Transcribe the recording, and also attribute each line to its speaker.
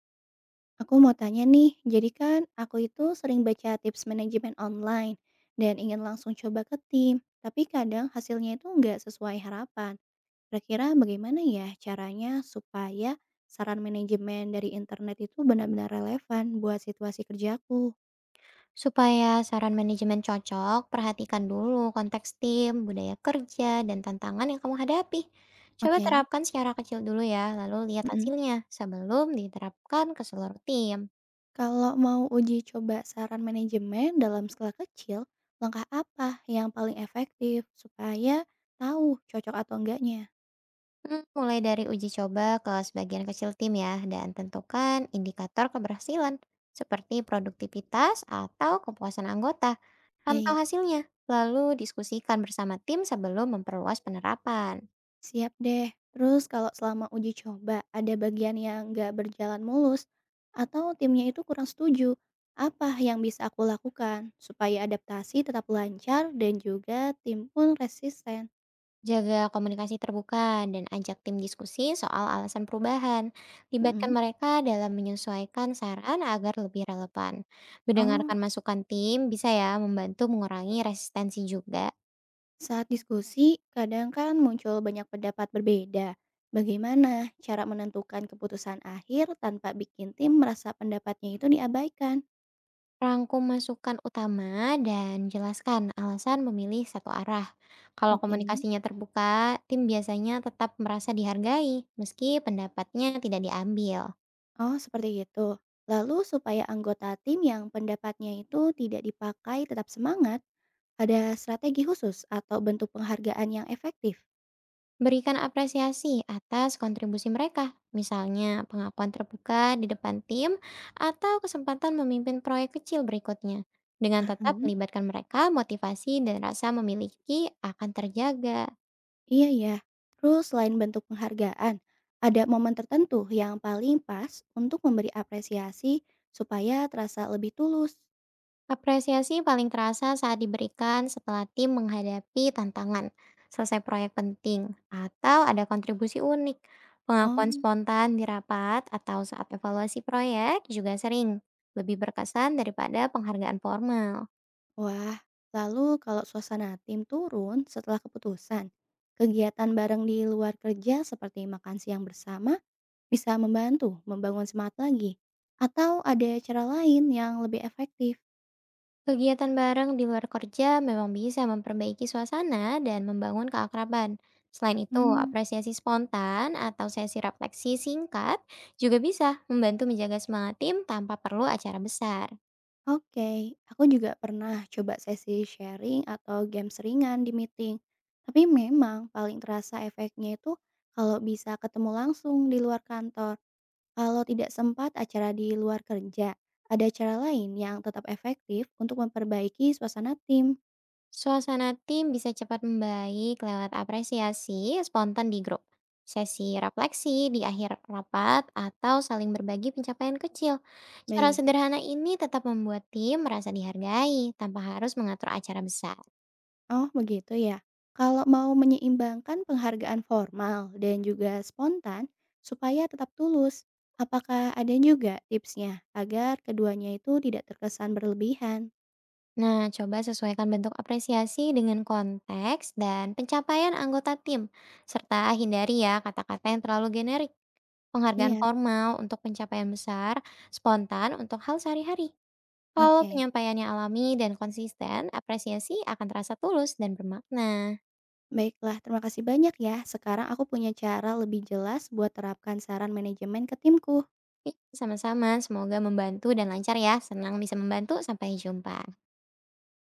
Speaker 1: Aku mau tanya nih, jadi kan aku itu sering baca tips manajemen online dan ingin langsung coba ke tim, tapi kadang hasilnya itu nggak sesuai harapan. Kira-kira bagaimana ya caranya supaya saran manajemen dari internet itu benar-benar relevan buat situasi kerjaku?
Speaker 2: Supaya saran manajemen cocok, perhatikan dulu konteks tim, budaya kerja, dan tantangan yang kamu hadapi. Coba
Speaker 1: Oke,
Speaker 2: terapkan secara kecil dulu ya, lalu lihat
Speaker 1: mm-mm.
Speaker 2: hasilnya sebelum diterapkan ke seluruh tim.
Speaker 1: Kalau mau uji coba saran manajemen dalam skala kecil, langkah apa yang paling efektif supaya tahu cocok atau enggaknya?
Speaker 2: Hmm, mulai dari uji coba ke sebagian kecil tim ya, dan tentukan indikator keberhasilan seperti produktivitas atau kepuasan anggota. Pantau
Speaker 1: Baik.
Speaker 2: hasilnya, lalu diskusikan bersama tim sebelum memperluas penerapan.
Speaker 1: Siap deh. Terus kalau selama uji coba ada bagian yang nggak berjalan mulus atau timnya itu kurang setuju, apa yang bisa aku lakukan supaya adaptasi tetap lancar dan juga tim pun resisten?
Speaker 2: Jaga komunikasi terbuka dan ajak tim diskusi soal alasan perubahan. Libatkan
Speaker 1: Mm-mm.
Speaker 2: mereka dalam menyesuaikan saran agar lebih relevan.
Speaker 1: Oh,
Speaker 2: Mendengarkan masukan tim bisa ya membantu mengurangi resistensi juga.
Speaker 1: saat diskusi kadang kan muncul banyak pendapat berbeda. Bagaimana cara menentukan keputusan akhir tanpa bikin tim merasa pendapatnya itu diabaikan?
Speaker 2: Rangkum masukan utama dan jelaskan alasan memilih satu arah. Kalau
Speaker 1: Oke.
Speaker 2: komunikasinya terbuka, tim biasanya tetap merasa dihargai meski pendapatnya tidak diambil.
Speaker 1: Oh, seperti itu. Lalu supaya anggota tim yang pendapatnya itu tidak dipakai tetap semangat, ada strategi khusus atau bentuk penghargaan yang efektif.
Speaker 2: Berikan apresiasi atas kontribusi mereka, misalnya pengakuan terbuka di depan tim atau kesempatan memimpin proyek kecil berikutnya. Dengan tetap
Speaker 1: Paham?
Speaker 2: melibatkan mereka, motivasi dan rasa memiliki akan terjaga.
Speaker 1: Iya ya. Terus selain bentuk penghargaan, ada momen tertentu yang paling pas untuk memberi apresiasi supaya terasa lebih tulus.
Speaker 2: Apresiasi paling terasa saat diberikan setelah tim menghadapi tantangan, selesai proyek penting, atau ada kontribusi unik. Pengakuan
Speaker 1: Oh.
Speaker 2: spontan di rapat atau saat evaluasi proyek juga sering lebih berkesan daripada penghargaan formal.
Speaker 1: Wah, lalu kalau suasana tim turun setelah keputusan, kegiatan bareng di luar kerja seperti makan siang bersama bisa membantu membangun semangat lagi? Atau ada cara lain yang lebih efektif?
Speaker 2: Kegiatan bareng di luar kerja memang bisa memperbaiki suasana dan membangun keakraban. Selain itu,
Speaker 1: Hmm.
Speaker 2: apresiasi spontan atau sesi refleksi singkat juga bisa membantu menjaga semangat tim tanpa perlu acara besar.
Speaker 1: Oke, aku juga pernah coba sesi sharing atau game seringan di meeting. Tapi memang paling terasa efeknya itu kalau bisa ketemu langsung di luar kantor. Kalau tidak sempat acara di luar kerja, ada cara lain yang tetap efektif untuk memperbaiki suasana tim.
Speaker 2: Suasana tim bisa cepat membaik lewat apresiasi spontan di grup. Sesi refleksi di akhir rapat atau saling berbagi pencapaian kecil. Cara
Speaker 1: Baik.
Speaker 2: sederhana ini tetap membuat tim merasa dihargai tanpa harus mengatur acara besar.
Speaker 1: Oh, begitu ya. Kalau mau menyeimbangkan penghargaan formal dan juga spontan supaya tetap tulus, apakah ada juga tipsnya agar keduanya itu tidak terkesan berlebihan?
Speaker 2: Nah, coba sesuaikan bentuk apresiasi dengan konteks dan pencapaian anggota tim, serta hindari ya kata-kata yang terlalu generik. Penghargaan
Speaker 1: Siap.
Speaker 2: formal untuk pencapaian besar, spontan untuk hal sehari-hari. Kalau
Speaker 1: Oke.
Speaker 2: penyampaiannya alami dan konsisten, apresiasi akan terasa tulus dan bermakna.
Speaker 1: Baiklah, terima kasih banyak ya. Sekarang aku punya cara lebih jelas buat terapkan saran manajemen ke timku.
Speaker 2: Ih, sama-sama, semoga membantu dan lancar ya. Senang bisa membantu. Sampai jumpa.